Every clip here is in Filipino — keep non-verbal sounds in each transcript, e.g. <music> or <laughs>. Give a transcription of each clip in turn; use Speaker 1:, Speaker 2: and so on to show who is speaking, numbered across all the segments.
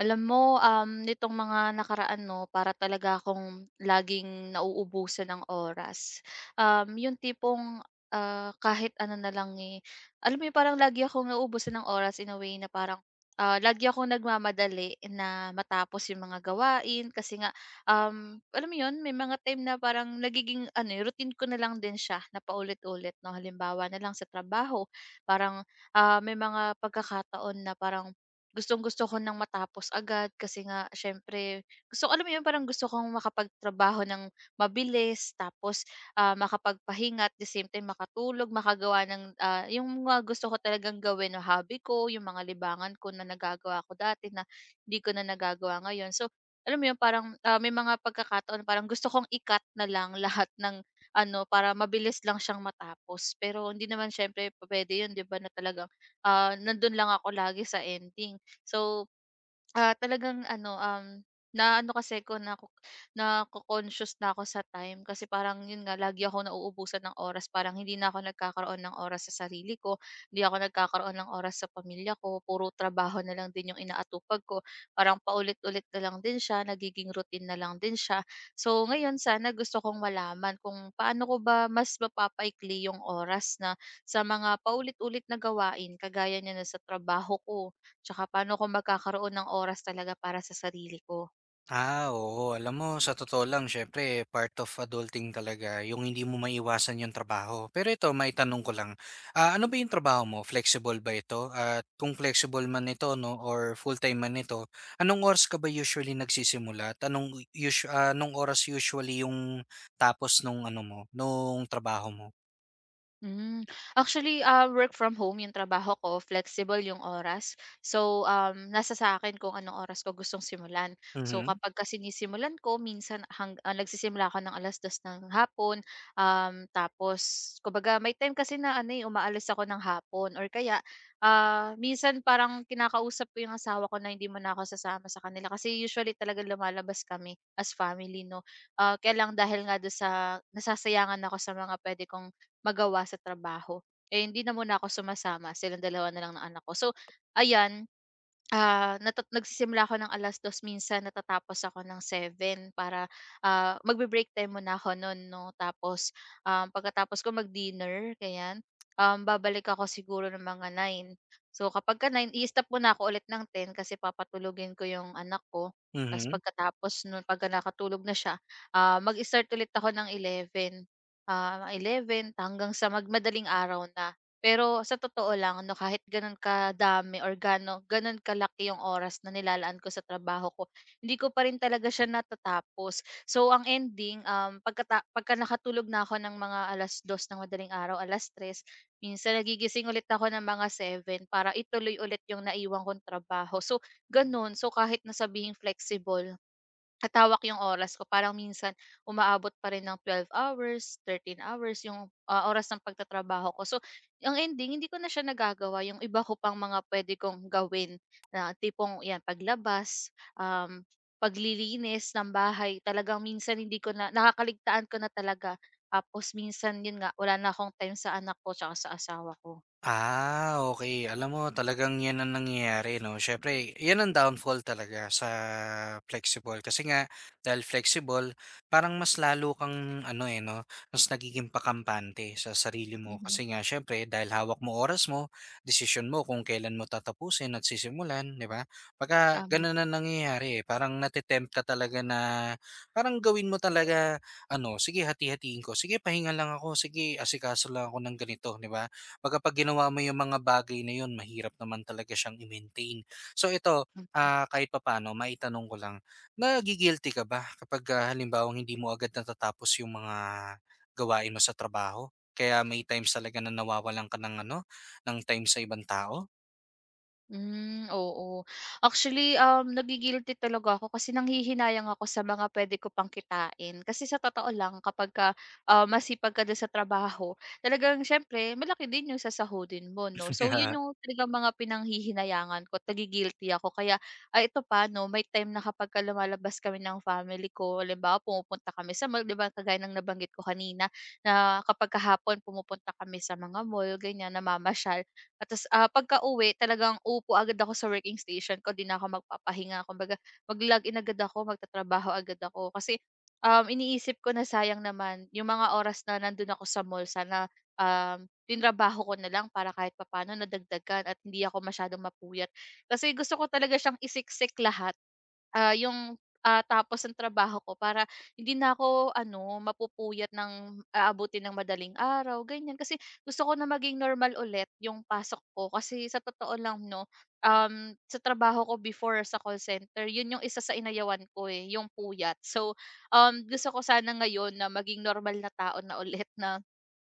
Speaker 1: Alam mo, nitong mga nakaraan 'no, para talaga akong laging nauubusan ng oras. Yung tipong, kahit ano na lang, eh, alam mo yung parang lagi akong nauubusan ng oras in a way na parang, lagi akong nagmamadali na matapos yung mga gawain kasi nga, alam mo yun, may mga time na parang nagiging ano, eh, routine ko na lang din siya na paulit-ulit 'no. Halimbawa na lang sa trabaho, parang, may mga pagkakataon na parang gustong-gusto ko ng matapos agad kasi nga siyempre gusto alam mo 'yun, parang gusto kong makapagtrabaho ng mabilis tapos, makapagpahinga at the same time makatulog, makagawa ng, yung mga gusto ko talagang gawin na hobby ko, yung mga libangan ko na nagagawa ko dati na hindi ko na nagagawa ngayon. So, alam mo 'yun, parang, may mga pagkakataon na parang gusto kong i-cut na lang <laughs> lahat ng ano, para mabilis lang siyang matapos. Pero hindi naman siyempre puwede 'yun 'di ba, na talagang, nandun lang ako lagi sa ending. So, talagang ano, na ano kasi ko na nako-conscious na ako sa time kasi parang yun nga lagi ako nauubusan ng oras, parang hindi na ako nagkakaroon ng oras sa sarili ko, hindi ako nagkakaroon ng oras sa pamilya ko, puro trabaho na lang din yung inaatupag ko. Parang paulit-ulit na lang din siya, nagiging routine na lang din siya. So ngayon sana gusto kong malaman kung paano ko ba mas mapapaikli yung oras na sa mga paulit-ulit na gawain kagaya niya na sa trabaho ko. Tsaka paano ako magkakaroon ng oras talaga para sa sarili ko.
Speaker 2: Ah, oo. Alam mo, sa totoo lang, syempre, part of adulting talaga, yung hindi mo maiwasan yung trabaho. Pero ito, may tanong ko lang. Ah, ano ba yung trabaho mo? Flexible ba ito? At kung flexible man ito, no, or full-time man ito, anong oras ka ba usually nagsisimula? At anong, anong oras usually yung tapos nung ano mo, nung trabaho mo?
Speaker 1: Hmm. Actually, work from home 'yung trabaho ko, flexible 'yung oras. So, nasa sa akin kung anong oras ko gustong simulan. So,
Speaker 2: Mhm.
Speaker 1: kapag kasi sinisimulan ko minsan nagsisimula ako ng 2:00 ng hapon, tapos kumbaga may time kasi na ano, eh, umaalis ako ng hapon or kaya, minsan parang kinakausap ko 'yung asawa ko na hindi muna ako sasama sa kanila kasi usually talaga lumalabas kami as family 'no. Kaya lang dahil nga do'n sa nasasayangan ako sa mga puwede kong magawa sa trabaho. Eh, hindi na muna ako sumasama, silang dalawa na lang ng anak ko. So, ayan. Ah, nata nagsisimula ako ng alas dos minsan natatapos ako ng 7 para, magbe-break time muna ako noon 'no. Tapos, pagkatapos ko mag-dinner ganyan, babalik ako siguro ng mga 9. So kapagka 9 i-stop muna ako ulit ng 10 kasi papatulugin ko 'yung anak ko. Ta's
Speaker 2: Mhm.
Speaker 1: pagkatapos no'n pagka nakatulog na siya, mag-start ulit ako ng 11 hanggang sa mag araw na. Pero sa totoo lang 'no, kahit gano'n kadami or gano'n kalaki yung oras na nilalaan ko sa trabaho ko, hindi ko pa rin talaga siya natatapos. So ang ending, pagka nakatulog na ako ng mga alas dos ng madaling araw, alas tres minsan nagigising ulit ako ng mga 7 para ituloy ulit yung naiwan kong trabaho. So gano'n, so kahit na sabihing flexible, katawak yung oras ko parang minsan umaabot pa rin ng 12 hours, 13 hours yung, oras ng pagtatrabaho ko. So, ang ending hindi ko na siya nagagawa yung iba ko pang mga puwede kong gawin na tipong 'yan paglabas, um, paglilinis ng bahay talagang minsan hindi ko na nakakaligtaan ko na talaga. Tapos minsan yun nga wala na akong time sa anak ko tsaka sa asawa ko.
Speaker 2: Ah, okay. Alam mo talagang 'yan ang nangyayari 'no. Siyempre 'yan ang downfall talaga sa flexible kasi nga dahil flexible parang mas lalo kang ano, eh, 'no, mas nagiging pakampante sa sarili mo
Speaker 1: Mhm,
Speaker 2: kasi nga siyempre dahil hawak mo oras mo, decision mo kung kailan mo tatapusin at sisimulan, 'di ba? Pagka
Speaker 1: tama.
Speaker 2: gano'n ang nangyayari, eh, parang nate-tempt ka talaga na parang gawin mo talaga ano, sige hati-hatiin ko, sige pahinga lang ako, sige asikaso lang ako ng ganito, 'di ba? Kumbaga 'pag ginawa mo yung mga bagay na yun mahirap naman talaga siyang i-maintain. So ito, ah, kahit papaano maitanong ko lang, nagigilty ka ba kapag, ah, halimbawang hindi mo agad natatapos yung mga gawain mo sa trabaho? Kaya may times talaga na nawawalan ka ng ano, ng time sa ibang tao?
Speaker 1: Hmm, oo. Actually, nagi talaga ako kasi nanghihinayang ako sa mga puwede ko pang kitain. Kasi sa totoo lang kapagka, masipag ka dun sa trabaho, talagang siyempre malaki din yung sasahurin mo 'no. So yun
Speaker 2: <laughs>
Speaker 1: yung talagang mga pinanghihinayangan ko, nagi ako. Kaya, ito pa 'no, may time na kapagka lumalabas kami ng family ko, halimbawa pumupunta kami sa mall, 'di ba kagaya ng nabanggit ko kanina na kapag hapon pumupunta kami sa mga mall, ganyan, namamasyal. At tas, pagkauwi talagang uupo agad ako sa working station ko, 'di na ako magpapahinga. Kumbaga mag-log-in agad ako, magtatrabaho agad ako. Kasi, iniisip ko na sayang naman yung mga oras na nandun ako sa mall sana, tinrabaho ko na lang para kahit papaano nadagdagan at hindi ako masyadong mapuyat. Kasi gusto ko talaga siyang isiksik lahat, yung, tapos ng trabaho ko para hindi na ako ano, mapupuyat ng aabutin ng madaling araw, ganyan. Kasi gusto ko na maging normal ulit yung pasok ko kasi sa totoo lang 'no, sa trabaho ko before sa call center, yun yung isa sa inayawan ko, eh, yung puyat. So, gusto ko sana ngayon na maging normal na tao na ulit na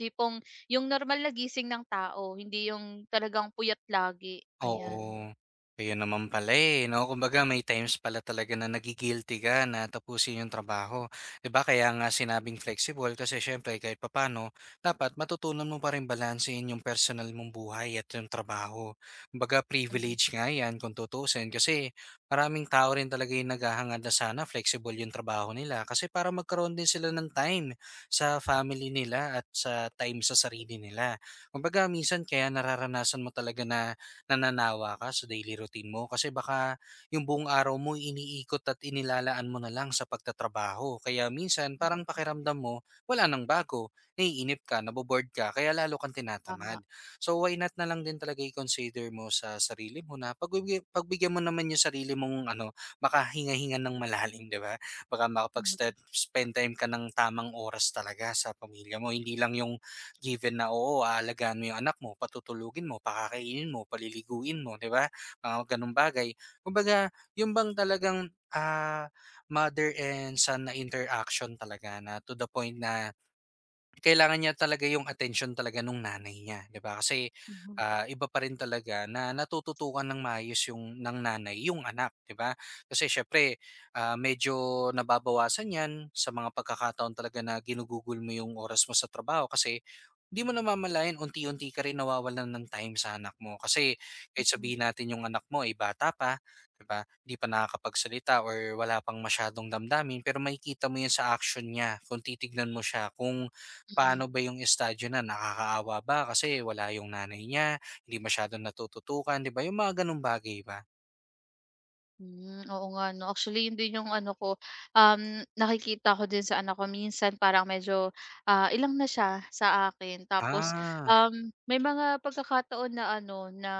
Speaker 1: tipong yung normal na gising ng tao, hindi yung talagang puyat lagi, ayan.
Speaker 2: Oo. Ayun naman pala, eh, 'no? Kumbaga may times pala talaga na nagi-guilty ka na tapusin yung trabaho, 'di ba? Kaya nga sinabing flexible kasi siyempre kahit papaano dapat matutunan mo pa rin balansehin yung personal mong buhay at yung trabaho. Kumbaga
Speaker 1: Mhm,
Speaker 2: privilege nga 'yan kung tutuusin kasi maraming tao rin talaga yung naghahangad na sana flexible yung trabaho nila kasi para magkaroon din sila ng time sa family nila at sa time sa sarili nila. Kumbaga minsan kaya nararanasan mo talaga na nananawa ka sa daily routine mo kasi baka yung buong araw mo iniikot at inilalaan mo na lang sa pagtatrabaho. Kaya minsan parang
Speaker 1: mm,
Speaker 2: pakiramdam mo wala nang bago, naiinip ka, naboboard ka, kaya lalo kang tinatamad.
Speaker 1: tama.
Speaker 2: So why not na lang din talaga i-consider mo sa sarili mo na pagbigyan, pagbigyan mo naman yung sarili mong ano, makahinga-hinga ng malalim, di ba? Baka
Speaker 1: Mhm.
Speaker 2: makapag-spend time ka ng tamang oras talaga sa pamilya mo. Hindi lang yung. Given na, oo, aalagaan mo yung anak mo, patutulugin mo, pakakainin mo, paliliguin mo, 'di ba? Mga gano'ng bagay. Kumbaga, yung bang talagang, ah, mother and son na interaction talaga na to the point na kailangan niya talaga yung attention talaga nung nanay niya, 'di ba? Kasi,
Speaker 1: Mhm,
Speaker 2: ah, iba pa rin talaga na natututukan ng maayos yung ng nanay yung anak, 'di ba? Kasi syempre ah, medyo nababawasan 'yan sa mga pagkakataon talaga na ginugugol mo yung oras mo sa trabaho kasi hindi mo namamalayan unti-unti ka rin nawawalan ng time sa anak mo. Kasi kahit
Speaker 1: mm.
Speaker 2: sabihin natin yung anak mo ay bata pa, 'di ba? Hindi pa nakakapagsalita or wala pang masyadong damdamin pero makikita mo 'yan sa action niya kung titignan mo siya kung
Speaker 1: Mm.
Speaker 2: paano ba yung estadyo na, nakakaawa ba kasi wala yung nanay niya, hindi masyadong natututukan, 'di ba, yung mga gano'ng bagay ba?
Speaker 1: Hmm, oo nga 'no. Actually, yun din yung ano ko, um, nakikita ko din sa anak ko minsan parang medyo, ilang na siya sa akin tapos,
Speaker 2: Ah,
Speaker 1: may mga pagkakataon na ano, na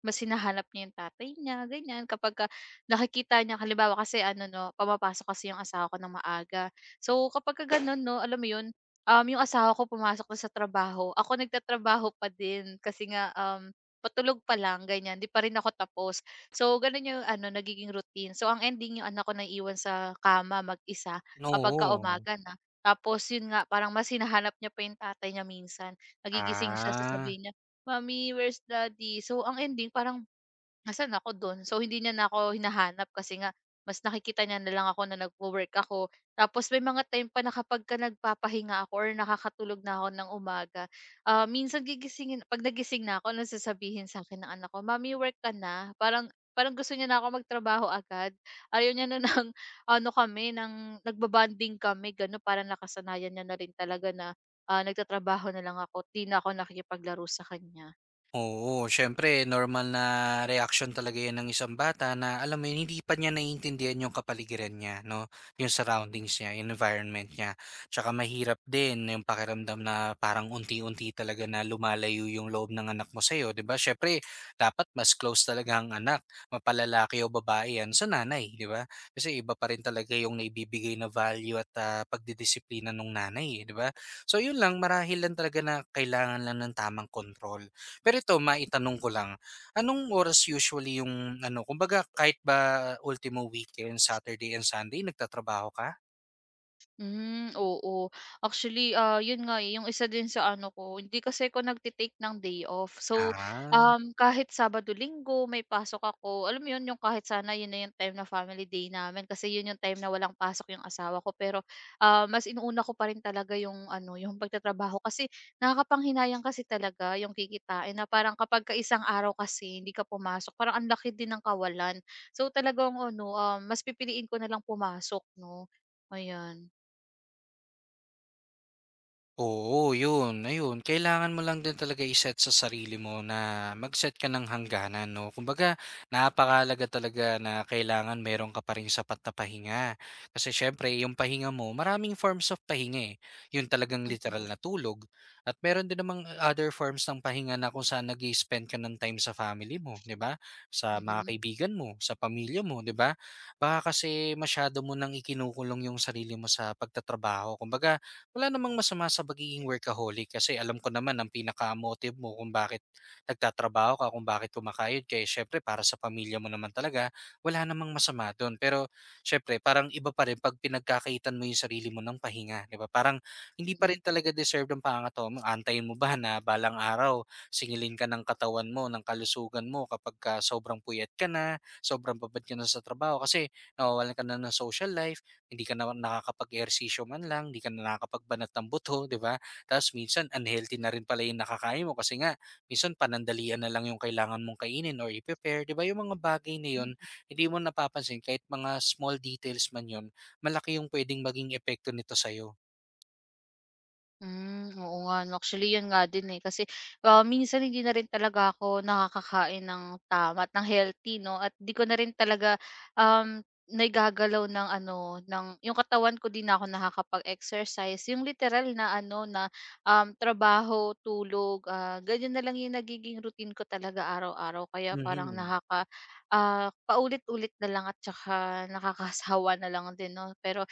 Speaker 1: mas hinahanap niya yung tatay niya, ganyan. Kapagka nakikita niya halimbawa kasi ano 'no, pumapasok kasi yung asawa ko ng maaga. So, kapagka gano'n 'no, alam mo yun, yung asawa ko pumasok na sa trabaho, ako nagtatrabaho pa din kasi nga, patulog pa lang ganyan, 'di pa rin ako tapos. So, gano'n yung ano, nagiging routine. So, ang ending yung anak ko na iwan sa kama mag-isa kapagka
Speaker 2: oo.
Speaker 1: umaga na. Tapos yun nga, parang mas hinahanap niya pa yung tatay niya minsan. Nagigising siya,
Speaker 2: Ah.
Speaker 1: sasabihin niya, "Mommy, where's daddy?" So, ang ending parang nasaan ako dun. So, hindi niya na ako hinahanap kasi nga mas nakikita niya na lang ako na nagwo-work ako. Tapos may mga time pa na kapag ka nagpapahinga ako or nakakatulog na ako ng umaga, minsan gigisingin 'pag nagising na ako, ano sasabihin sa akin ng anak ko, "mami work ka na." Parang parang gusto niya na ako magtrabaho agad. Ayaw niya na <laughs> ng ano kami, ng nagbabanding kami, gano'n. Para nakasanayan niya na rin talaga na, nagtatrabaho na lang ako, 'di na ako nakikipaglaro sa kanya.
Speaker 2: Oo, siyempre normal na reaction talaga 'yan ng isang bata na alam mo 'yun, hindi pa niya naiintindihan yung kapaligiran niya 'no, yung surroundings niya, yung environment niya. Tsaka mahirap din yung pakiramdam na parang unti-unti talaga na lumalayo yung loob ng anak mo sa'yo, 'di ba? Siyempre dapat mas close talaga ang anak, mapalalaki o babae 'yan sa nanay, 'di ba? Kasi iba pa rin talaga yung naibibigay na value at, ah, pagdidisiplina ng nanay, eh, 'di ba? So 'yun lang, marahil lang talaga na kailangan lang ng tamang control. Pero ito maitanong ko lang, anong oras usually yung ano, kumbaga kahit ba ultimo weekend, Saturday and Sunday nagtatrabaho ka?
Speaker 1: Hmm, oo. Actually, yun nga, eh, yung isa din sa ano ko, hindi kasi ako nagte ng day off. So,
Speaker 2: Ah.
Speaker 1: kahit Sabado, Linggo may pasok ako, alam mo yun, yung kahit sana yun na yung time na family day namin kasi yun yung time na walang pasok yung asawa ko. Pero, mas inuuna ko pa rin talaga yung ano, yung pagtatrabaho kasi nakakapanghinayang kasi talaga yung kikitain na parang kapag ka isang araw kasi hindi ka pumasok, parang ang laki din ng kawalan. So, talagang ano, mas pipiliin ko na lang pumasok, no? Ayan.
Speaker 2: Oo, yun. Ayun, kailangan mo lang din talaga i-set sa sarili mo na mag-set ka ng hangganan, 'no? Kumbaga, napakalaga talaga na kailangan meron ka pa ring sapat na pahinga. Kasi siyempre, yung pahinga mo, maraming forms of pahinga, eh. Yung talagang literal na tulog at meron din namang other forms ng pahinga na kung saan nag spend ka ng time sa family mo, 'di ba? Sa mga
Speaker 1: Mhm,
Speaker 2: kaibigan mo, sa pamilya mo, 'di ba? Baka kasi masyado mo nang ikinukulong yung sarili mo sa pagtatrabaho. Kumbaga wala namang masama sa pagiging workaholic kasi alam ko naman ang pinaka-motive mo kung bakit nagtatrabaho ka, kung bakit kumakayod ka, eh, syempre para sa pamilya mo naman talaga, wala namang masama doon. Pero syempre, parang iba pa rin pag pinagkakaitan mo yung sarili mo ng pahinga, 'di ba? Parang hindi pa rin
Speaker 1: mm.
Speaker 2: talaga deserve ng pangatawang mo. Antayin mo ba na balang araw singilin ka ng katawan mo, ng kalusugan mo kapag ka sobrang puyat ka na, sobrang babad ka na sa trabaho kasi nawawalan ka na ng social life, hindi ka na nakakapag-ehersisyo man lang, hindi ka na nakakapagbanat ng buto, 'di ba? Tapos minsan unhealthy na rin pala yung nakakain mo kasi nga minsan panandalian na lang yung kailangan mong kainin or i-prepare, 'di ba? Yung mga bagay na yun, hindi mo napapansin kahit mga small details man yun, malaki yung pwedeng maging epekto nito sa'yo.
Speaker 1: Hmm, oo nga 'no, actually 'yun nga din, eh, kasi, minsan hindi na rin talaga ako nakakakain ng tama at ng healthy 'no at 'di ko na rin talaga, um, naigagalaw ng ano, ng 'yung katawan ko 'di na ako nakakapag-exercise, 'yung literal na ano na, trabaho, tulog, ganyan na lang 'yung nagiging routine ko talaga araw-araw kaya parang
Speaker 2: Mhm.
Speaker 1: paulit-ulit na lang at tsaka nakakasawa na lang din 'no. Pero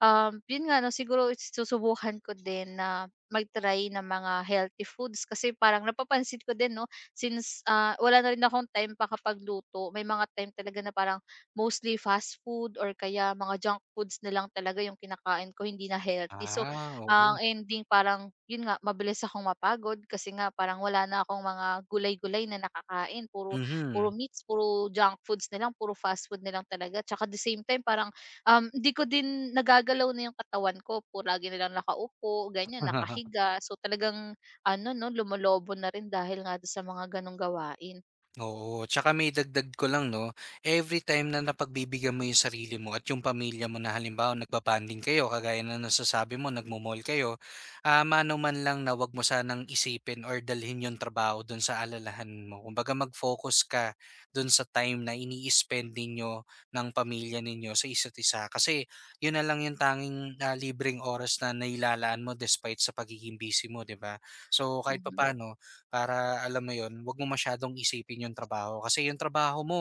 Speaker 1: Yun nga 'no, siguro susubukan ko din na mag-try ng mga healthy foods kasi parang napapansin ko din 'no, since, wala na rin akong time pakapagluto. May mga time talaga na parang mostly fast food or kaya mga junk foods na lang talaga yung kinakain ko, hindi na healthy. So,
Speaker 2: Ah,
Speaker 1: ang
Speaker 2: oo.
Speaker 1: ending parang yun nga, mabilis akong mapagod kasi nga parang wala na akong mga gulay-gulay na nakakain. Puro puro
Speaker 2: Mhm.
Speaker 1: meats, puro junk foods na lang, puro fast food na lang talaga. Tsaka at the same time parang hindi ko din nagagalaw na yung katawan ko po lagi na lang nakaupo, ganyan,
Speaker 2: <laughs>
Speaker 1: nakahiga. So, talagang ano 'no, lumolobo na rin dahil nga do'n sa mga gano'ng gawain.
Speaker 2: Oo, tsaka maidagdag ko lang 'no, every time na napagbibigyan mo yung sarili mo at yung pamilya mo na halimbawa nagbabanding kayo kagaya ng nasasabi mo nagmumol kayo, ah, mano man lang na 'wag mo sanang isipin or dalhin yung trabaho dun sa alalahan mo. Kumbaga mag-focus ka dun sa time na ini-spend ninyo ng pamilya ninyo sa isa't isa kasi yun na lang yung tanging, ah, libreng oras na nailalaan mo despite sa pagiging busy mo, 'di ba? So, kahit
Speaker 1: Mhm.
Speaker 2: papaano para alam mo yon, 'wag mo masyadong isipin yung trabaho kasi yung trabaho mo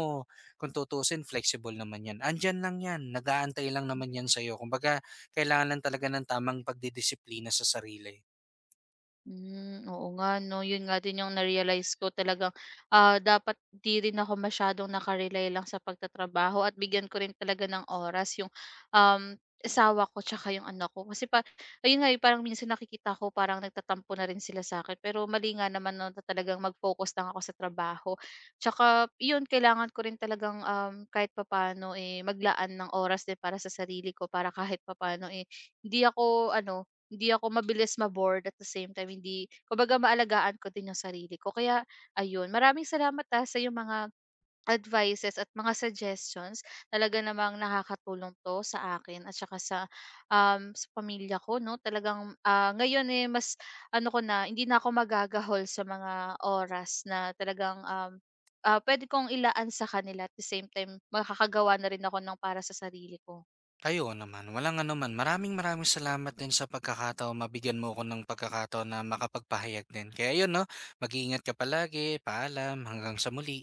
Speaker 2: kung tutuusin flexible naman 'yan. Andiyan lang 'yan, nag-aantay lang naman 'yan sa'yo. Kumbaga kailangan lang talaga ng tamang pagdidisiplina sa sarili.
Speaker 1: Hmm, oo nga 'no, yun nga din yung na-realize ko talagang, dapat di rin ako masyadong naka lang sa pagtatrabaho at bigyan ko rin talaga ng oras yung, asawa ko tsaka yung anak ko. Kasi pa ayun nga, eh, parang minsan nakikita ko parang nagtatampo na rin sila sa akin pero mali nga naman 'no, na talagang mag-focus lang ako sa trabaho. Tsaka yun, kailangan ko rin talagang, kahit papaano, eh, maglaan ng oras din para sa sarili ko para kahit papaano, eh, hindi ako ano, hindi ako mabilis ma-bored at the same time hindi kumbaga maalagaan ko din yung sarili ko. Kaya ayun, maraming salamat, sa yung mga advices at mga suggestions. Talaga namang nakakatulong 'to sa akin at saka sa pamilya ko 'no. Talagang, ngayon, eh, mas ano ko na, hindi na ako magagahol sa mga oras na talagang, puwede kong ilaan sa kanila at the same time makakagawa na rin ako ng para sa sarili ko.
Speaker 2: Ayun naman, walang ano man. Maraming maraming salamat din sa pagkakataon, mabigyan mo ko ng pagkakataon na makapagpahayag din. Kaya 'yun 'no, mag-iingat ka palagi, paalam, hanggang sa muli.